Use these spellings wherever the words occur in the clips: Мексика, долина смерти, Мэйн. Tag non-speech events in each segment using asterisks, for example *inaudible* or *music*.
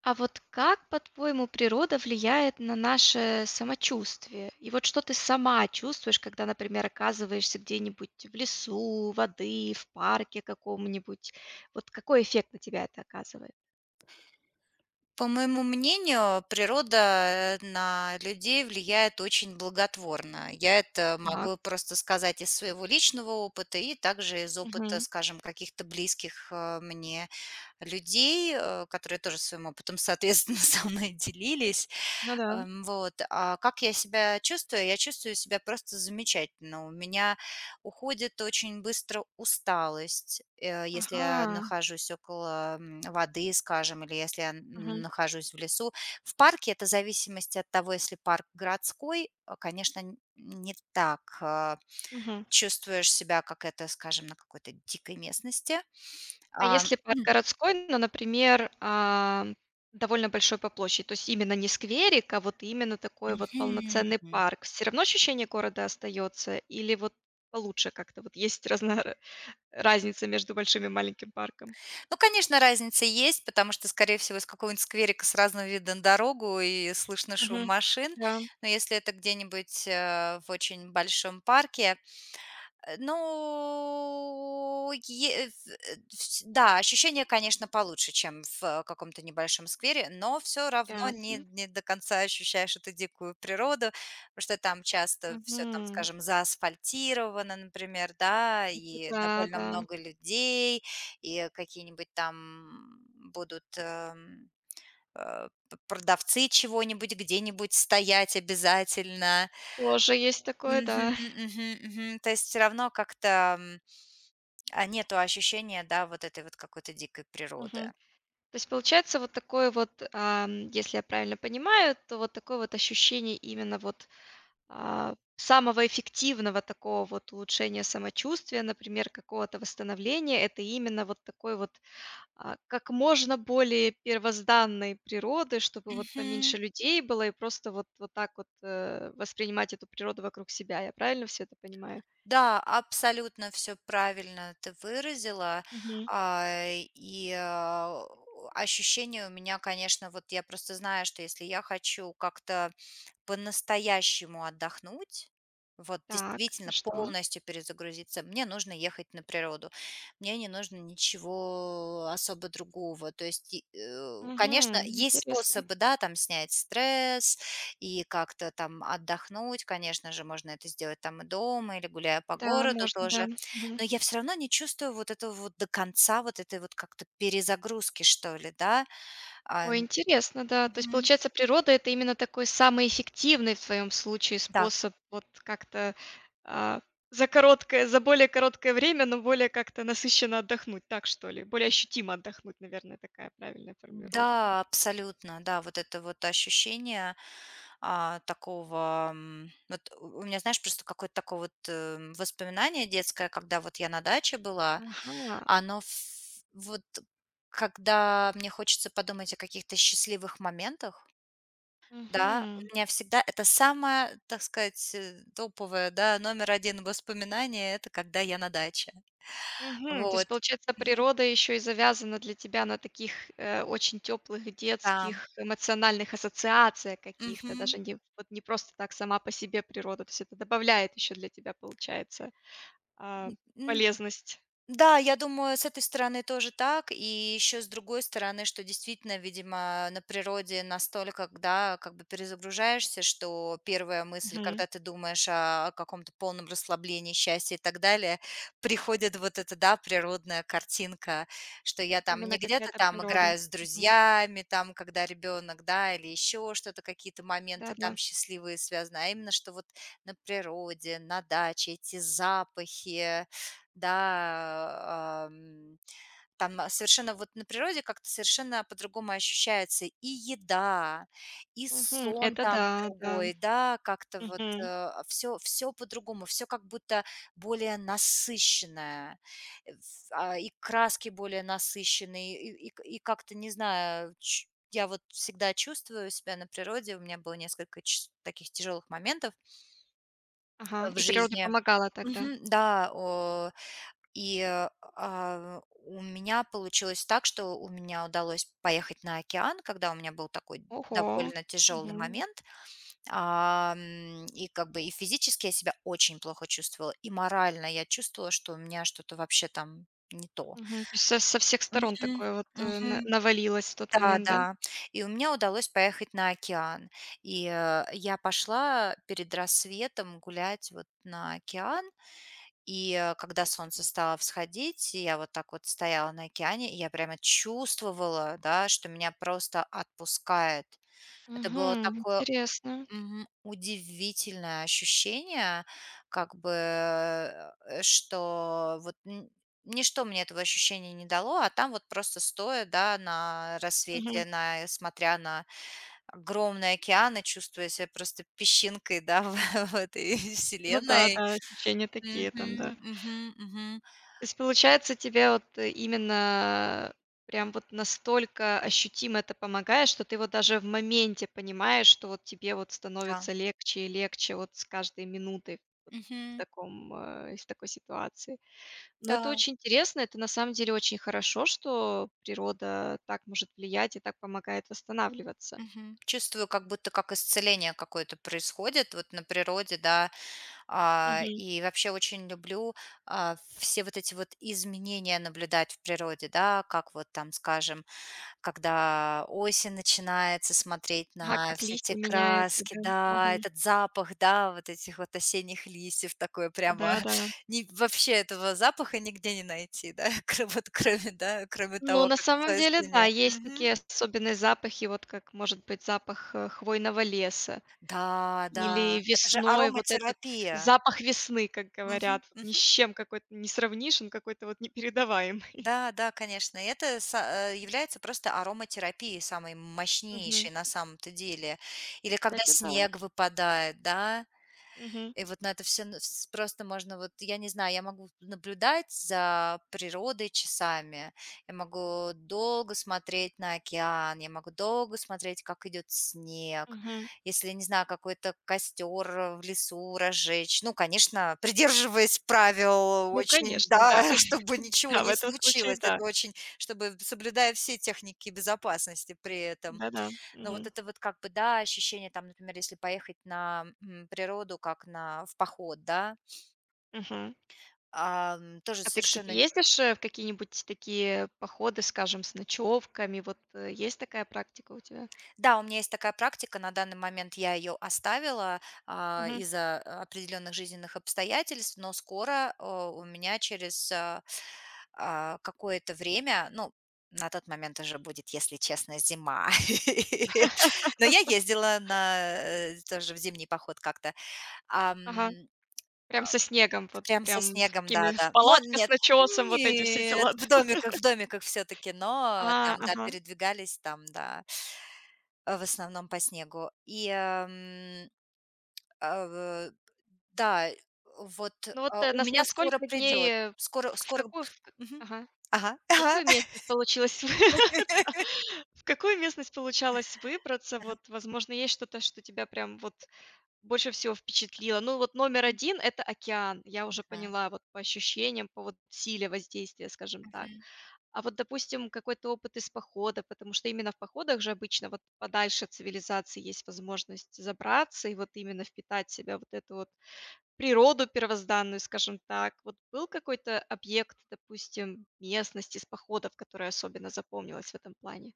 А вот как, по-твоему, природа влияет на наше самочувствие? И вот что ты сама чувствуешь, когда, например, оказываешься где-нибудь в лесу, воды, в парке каком-нибудь? Вот какой эффект на тебя это оказывает? По моему мнению, природа, на людей влияет очень благотворно. Я это Так. могу просто сказать из своего личного опыта и также из опыта, Мгм. скажем, каких-то близких, мне людей, которые тоже своим опытом, соответственно, *laughs* со мной делились. Ну да. Вот, а как я себя чувствую? Я чувствую себя просто замечательно. У меня уходит очень быстро усталость, если я Ага. нахожусь около воды, скажем, или если я Мгм. нахожусь в лесу. В парке это зависимость от того, если парк городской, конечно, не так Мгм. чувствуешь себя, как это, скажем, на какой-то дикой местности. А А, если парк городской, ну, например, довольно большой по площади, то есть именно не скверик, а вот именно такой вот полноценный *clears throat* парк, все равно ощущение города остается или вот получше как-то? Вот есть разно разница между большим и маленьким парком? Ну, конечно, разница есть, потому что, скорее всего, из какого-нибудь скверика сразу видно дорогу и слышно шум Мгм. машин. Да, Но если это где-нибудь в очень большом парке, Э, ну, е в э, вс да, ощущение, конечно, получше, чем в каком-то небольшом сквере, но все равно не ясно. не до конца ощущаешь эту дикую природу, потому что там часто все там, Мгм. скажем, заасфальтировано, например, да, и Да, довольно да. много людей, и какие-нибудь там будут, э, п продавцы чего-нибудь где-нибудь стоять обязательно. Тоже есть такое, Мгм, да. мгм, мгм. То есть все равно как-то, нету ощущения, да, вот этой вот какой-то дикой природы. Мгм. То есть получается вот такое вот, если я правильно понимаю, то вот такое вот ощущение именно вот самого эффективного такого вот улучшения самочувствия, например, какого-то восстановления, это именно вот такой вот как можно более первозданной природы, чтобы вот Мгм. поменьше людей было и просто вот, вот так вот воспринимать эту природу вокруг себя. Я правильно все это понимаю? Да, абсолютно все правильно ты выразила. Мгм. А, и, а, Ощущение у меня, конечно, вот я просто знаю, что если я хочу как-то по-настоящему отдохнуть, вот Так, это действительно что? полностью перезагрузиться, мне нужно ехать на природу. Мне не нужно ничего особо другого. То есть, конечно, Мгм, есть интересно. способы, да, там снять стресс и как-то там отдохнуть. Конечно же, можно это сделать там и дома, или гуляя по Да, городу можно, да. тоже. Мгм. Но я все равно не чувствую вот этого вот до конца, вот этой вот как-то перезагрузки, что ли, да. А, Ой, интересно, да. То есть, Мгм. получается, природа — это именно такой самый эффективный в твоем случае Да, способ вот как-то, а, за более короткое время, но более как-то насыщенно отдохнуть. Так, что ли? Более ощутимо отдохнуть, наверное, такая правильная формулировка. да, абсолютно, да, вот это вот ощущение такого, вот у меня, знаешь, просто какое-то такое вот воспоминание детское, когда вот я на даче была, Ага. оно вот, когда мне хочется подумать о каких-то счастливых моментах, да, у Мгм. меня всегда это самое, так сказать, топовое, да, номер один воспоминание, это когда я на даче. Мгм. То есть, Вот, получается, природа еще и завязана для тебя на таких, очень теплых там, детских эмоциональных ассоциациях каких-то, мгм. даже не вот не просто так сама по себе природа. То есть это добавляет еще для тебя, получается. А, М, полезность. Да, я думаю, с этой стороны тоже так. И еще с другой стороны, что действительно, видимо, на природе настолько, да, как бы перезагружаешься, что первая мысль, Мгм. когда ты думаешь о каком-то полном расслаблении, счастье и так далее, приходит вот эта, да, природная картинка, что я там не Именно где-то какая-то там природа. играю с Мгм. друзьями, там, когда ребенок, да, или еще что-то, какие-то моменты Да-да. там счастливые связаны, а именно, что вот на природе, на даче, эти запахи, да, там совершенно вот на природе как-то совершенно по-другому ощущается и еда, и Мгм. сон Это там да, да. другой, да, как-то вот Мгм. все по-другому, все как будто более насыщенное, и краски более насыщенные, и как-то, не знаю, я вот всегда чувствую себя на природе, у меня было несколько таких тяжелых моментов Ага. в И природа жизни. помогала тогда. Мгм, да, и, э, у меня получилось так, что у меня удалось поехать на океан, когда у меня был такой Ого. довольно тяжелый Мгм. момент. И как бы и физически я себя очень плохо чувствовала, и морально я чувствовала, что у меня что-то вообще там не то. Мгм. То есть со всех сторон Мгм. такое вот, на Мгм. навалилось в тот Да, момент, да? да. И у меня удалось поехать на океан. И, я пошла перед рассветом гулять вот на океан. И, когда солнце стало всходить, и я вот так вот стояла на океане, и я прямо чувствовала, да, что меня просто отпускает. Это было Мгм. такое Интересно. Удивительное ощущение, как бы, что вот ничто мне этого ощущения не дало, а там вот просто стоя, да, на рассвете, Мгм. Смотря на огромный океан и чувствуя себя просто песчинкой, да, *laughs* в этой Ну да, *laughs* вселенной. да, ощущения такие там, Мгм, да. мгм, мгм. То есть получается, тебе вот именно прям вот настолько ощутимо это помогает, что ты вот даже в моменте понимаешь, что вот тебе вот Да. становится легче и легче вот с каждой минутой вот в Мгм. таком, из такой ситуации. Но это Да. очень интересно, это на самом деле очень хорошо, что природа так может влиять и так помогает восстанавливаться. Мгм. Чувствую, как будто как исцеление какое-то происходит вот на природе, да. Мгм. И вообще очень люблю, все вот эти вот изменения наблюдать в природе, да, как вот там, скажем, когда осень начинается, смотреть А на как все те листья меняются, краски, да. да, Мгм. этот запах, да, вот этих вот осенних листьев, такое прямо *laughs* Да-да. не, вообще этого запаха нигде не найти, да, *laughs* вот кроме, да, кроме Ну, того, на как это самом деле, да, осеннее. есть такие особенные запахи, вот как может быть запах, хвойного леса Да, или да, это же весной вот этот ароматерапия. запах весны, как Мгм, говорят, вот ни с мгм. чем какой-то не сравнишь, он какой-то вот непередаваемый. Да, да, конечно. И это является просто ароматерапией самой Мгм. мощнейшей на самом-то деле. Или когда Кстати, да. снег выпадает, да? Мгм. И вот на это все н вс просто можно вот, я не знаю, я могу наблюдать за природой часами, я могу долго смотреть на океан, я могу долго смотреть, как идет снег, Мгм. если, не знаю, какой-то костер, в лесу разжечь. Ну, конечно, *laughs* придерживаясь правил Ну, очень, конечно, да. да, *laughs* чтобы *laughs* ничего Да, в не этом случае, случилось. да. Это очень чтобы, соблюдая все техники безопасности при этом. Да-да. Но вот Мгм. это вот как бы, да, ощущение там, например, если поехать на, природу, как на в поход, да, Мгм. Тоже А ты, кстати, совершенно. ездишь, в какие-нибудь такие походы, скажем, с ночевками? Вот, есть такая практика у тебя? Да, у меня есть такая практика, на данный момент я ее оставила, Мгм. из-за определенных жизненных обстоятельств, но скоро, у меня через, какое-то время, ну, на тот момент уже будет, если честно, зима. *laughs* Но я ездила на, тоже в зимний поход как-то. Ам. Ага. Прям со снегом, вот Прям со прям с снегом, такими ж да-да. Но палатка с нет, начесом, вот эти все нет, дела, да? В домиках все таки, но А, там, да, ага. передвигались там, да, в основном по снегу. И, э, да, вот, Ну вот, у нас меня на скоро сколько дней, придет, вот скоро в скоро какую в к Мгм. ага, Ага, в какую *laughs* местность получилось вы *laughs* да. В какую местность получалось выбраться? Вот, возможно, есть что-то, что тебя прям вот больше всего впечатлило? Ну вот номер один это океан. Я уже ага. поняла вот по ощущениям, по вот силе воздействия, скажем Мгм, так. мгм. А вот, допустим, какой-то опыт из похода, потому что именно в походах же обычно вот подальше от цивилизации есть возможность забраться и вот именно впитать в себя вот эту вот природу первозданную, скажем так. Вот был какой-то объект, допустим, местность из походов, которая особенно запомнилась в этом плане?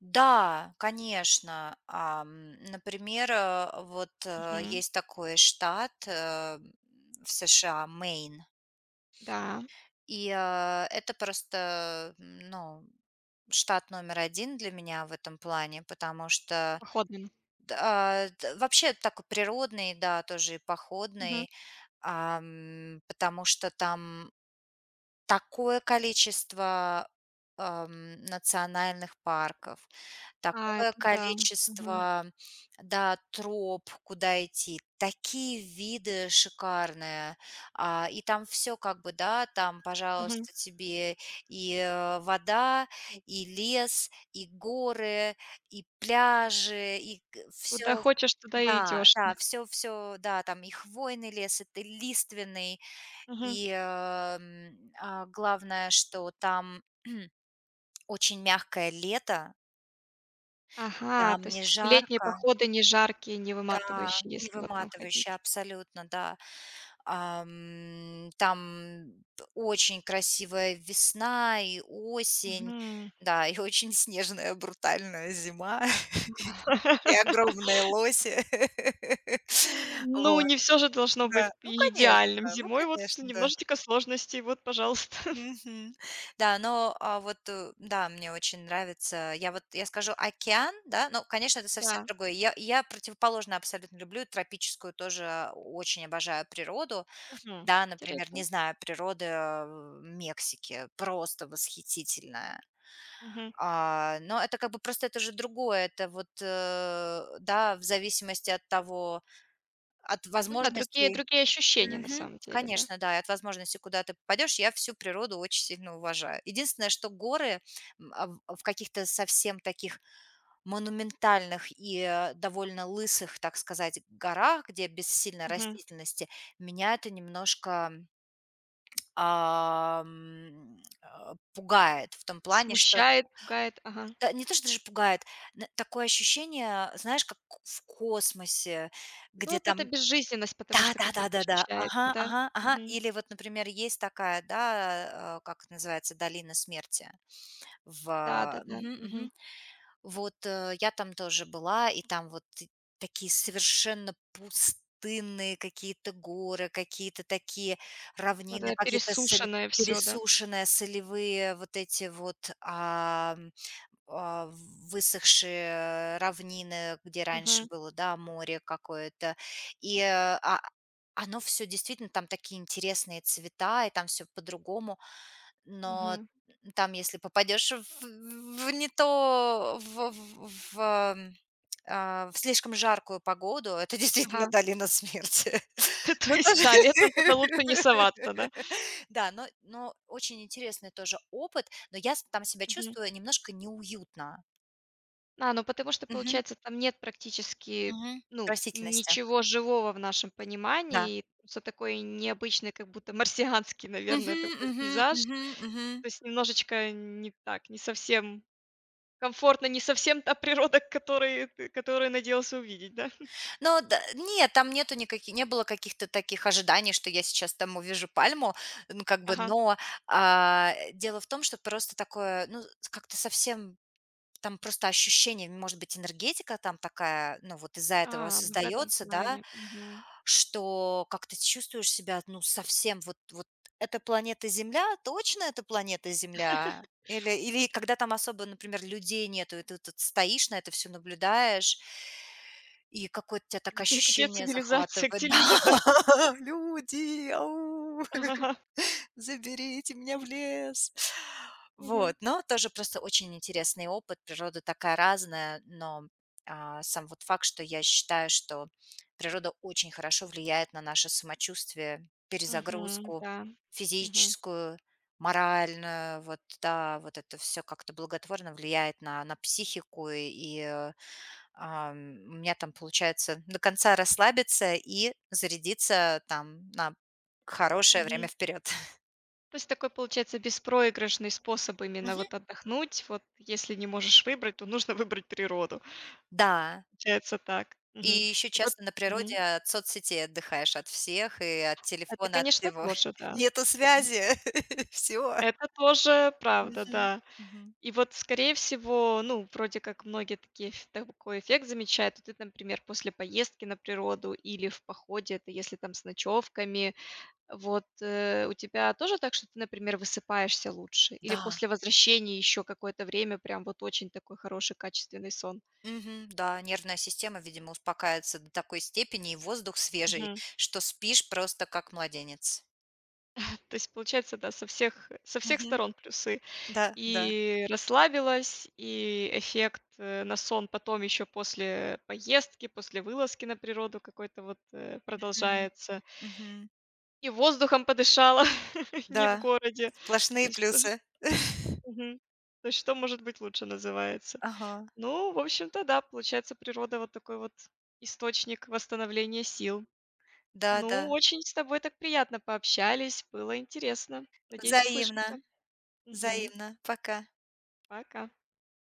Да, конечно. Например, вот, Мгм. есть такой штат, в США — Мэйн. Да, И, это просто, ну, штат номер один для меня в этом плане, потому что, походным. д а, д вообще такой природный, да, тоже и Мгм. походный, потому что там такое количество, национальных парков, А, такое это да. Мгм. количество, да, троп, куда идти, такие виды шикарные. И там все как бы, да, там, Мгм. пожалуйста, тебе и, вода, и лес, и горы, и пляжи, и Куда все. хочешь, туда и Да, идешь. да, все да, там и хвойный лес, и ты лиственный. Мгм. И, главное, что там *clears throat* очень мягкое лето, Ага, там то не есть летние жарко, походы не жаркие, не да, выматывающие, не если вот там выматывающе ходить. абсолютно, да. Там очень красивая весна и осень, Мгм. да, и очень снежная брутальная зима, *laughs* и *laughs* огромные лоси. *laughs* Ну, Вот, не все же должно да. быть идеальным. Ну, Зимой вот с конечно, да. немножечко сложностей. Вот, пожалуйста. *laughs* Мгм. Да, но, вот, да, мне очень нравится. Я скажу океан, да, но, конечно, это совсем Да. другое. Я противоположное абсолютно люблю, тропическую тоже очень обожаю природу. Мгм. Да, например, не Интересно. знаю, природа, Мексики просто восхитительная. Мгм. Но это как бы просто это же другое. Это вот, да, в зависимости от того, от Ну да, другие возможностей. другие ощущения на Мгм. самом деле, да? Конечно, да, и от возможности, куда ты попадешь, я всю природу очень сильно уважаю. Единственное, что горы в каких-то совсем таких монументальных и довольно лысых, так сказать, горах, где без сильной Мгм. растительности, меня это немножко пугает в том плане, что Смущает, пугает. Ага. да, не то, что даже пугает, такое ощущение, знаешь, как в космосе, Ну, где вот это там безжизненность, потому что как будто да-да-да-да-да. ощущается, Ага, да? ага, ага. Мгм. Или вот, например, есть такая, да, как это называется, долина смерти Да-да-да. мгм, Мгм. мгм. Вот, я там тоже была, и там вот т такие совершенно пустынные какие-то горы, какие-то такие Вот равнины, это какие-то соль пересушенное все, да? пересушенные солевые вот эти вот, а, высохшие равнины, где раньше Мгм. было, да, море какое-то. И а, оно все действительно, там такие интересные цвета, и там все по-другому. Но Мгм. там, если попадешь в не то, в, ам, а, в слишком жаркую погоду, это *laughs* действительно Ага. долина смерти. *laughs* *laughs* То Ну, есть, тоже... да, летом туда лучше не соваться, да? *laughs* Да, но очень интересный тоже опыт, но я с там себя чувствую немножко неуютно. А, ну потому что, Мгм, получается, там нет практически, мгм. ну, Растительности, ничего живого в нашем да. понимании. И всё такой необычный, как будто марсианский, *laughs* наверное, Мгм, такой мгм, пейзаж. мгм, мгм. То есть немножечко не так, не совсем комфортно, не совсем та природа, к которой ты которую надеялся увидеть, да? Но да нет, там нету никаки не было каких-то таких ожиданий, что я сейчас там увижу пальму, ну, как бы, Ага. но, дело в том, что просто такое, ну, как-то совсем. Там просто ощущение, может быть, энергетика там такая, ну, вот из-за этого А, ну в этом создается, да, плане. Мгм. что как-то чувствуешь себя, ну, совсем вот эта планета Земля? Точно это планета Земля? Или когда там особо, например, людей нету, и ты тут стоишь, на это все наблюдаешь и какое-то тя так Где где ощущение цивилизация, захватывает. где *laughs* люди-то? Да, люди, ау. *laughs* Ага. *laughs* Заберите меня в лес. Мгм. Вот, но тоже просто очень интересный опыт. Природа такая разная, но сам вот факт, что я считаю, что природа очень хорошо влияет на наше самочувствие, Мгм. перезагрузку Да. Мгм. физическую, моральную, вот, да, вот это все как-то благотворно влияет на психику, ам, у меня там получается до конца расслабиться и зарядиться там на хорошее время Мгм. вперед. То есть такой, получается, беспроигрышный способ именно Мгм. вот отдохнуть. Вот если не можешь выбрать, то нужно *laughs* выбрать природу. Да, Получается так. и Мгм. еще И вот. часто на природе Мгм. от соцсетей отдыхаешь от всех и от Это, телефона, от конечно, всего. тоже, *laughs* да. Нету Мгм. связи, *laughs* все. Это тоже правда, Мгм, да. мгм. И вот, скорее всего, ну, вроде как многие такие, такой эффект замечают. Вот ты, например, после поездки на природу или в походе, это если там с ночевками. Вот, у тебя тоже так, что ты, например, высыпаешься лучше? Или Да, после возвращения еще какое-то время прям вот очень такой хороший, качественный сон? мгм, да, нервная система, видимо, успокаивается до такой степени, и воздух свежий, Мгм. что спишь просто как младенец. То есть, получается, да, со всех Мгм. сторон плюсы. Да, да. И расслабилась, и эффект на сон потом еще после поездки, после вылазки на природу какой-то вот Мгм, продолжается. мгм. И воздухом подышала, *laughs* не в Да, городе. То сплошные есть, что, плюсы. *laughs* мгм. То есть, что может быть лучше называется. Ага, Ну, в общем-то, да, получается, природа вот такой вот источник восстановления сил. да-да. Ну, очень с тобой так приятно пообщались, было интересно. Надеюсь, услышимся. Взаимно, Мгм. взаимно. Пока. Пока.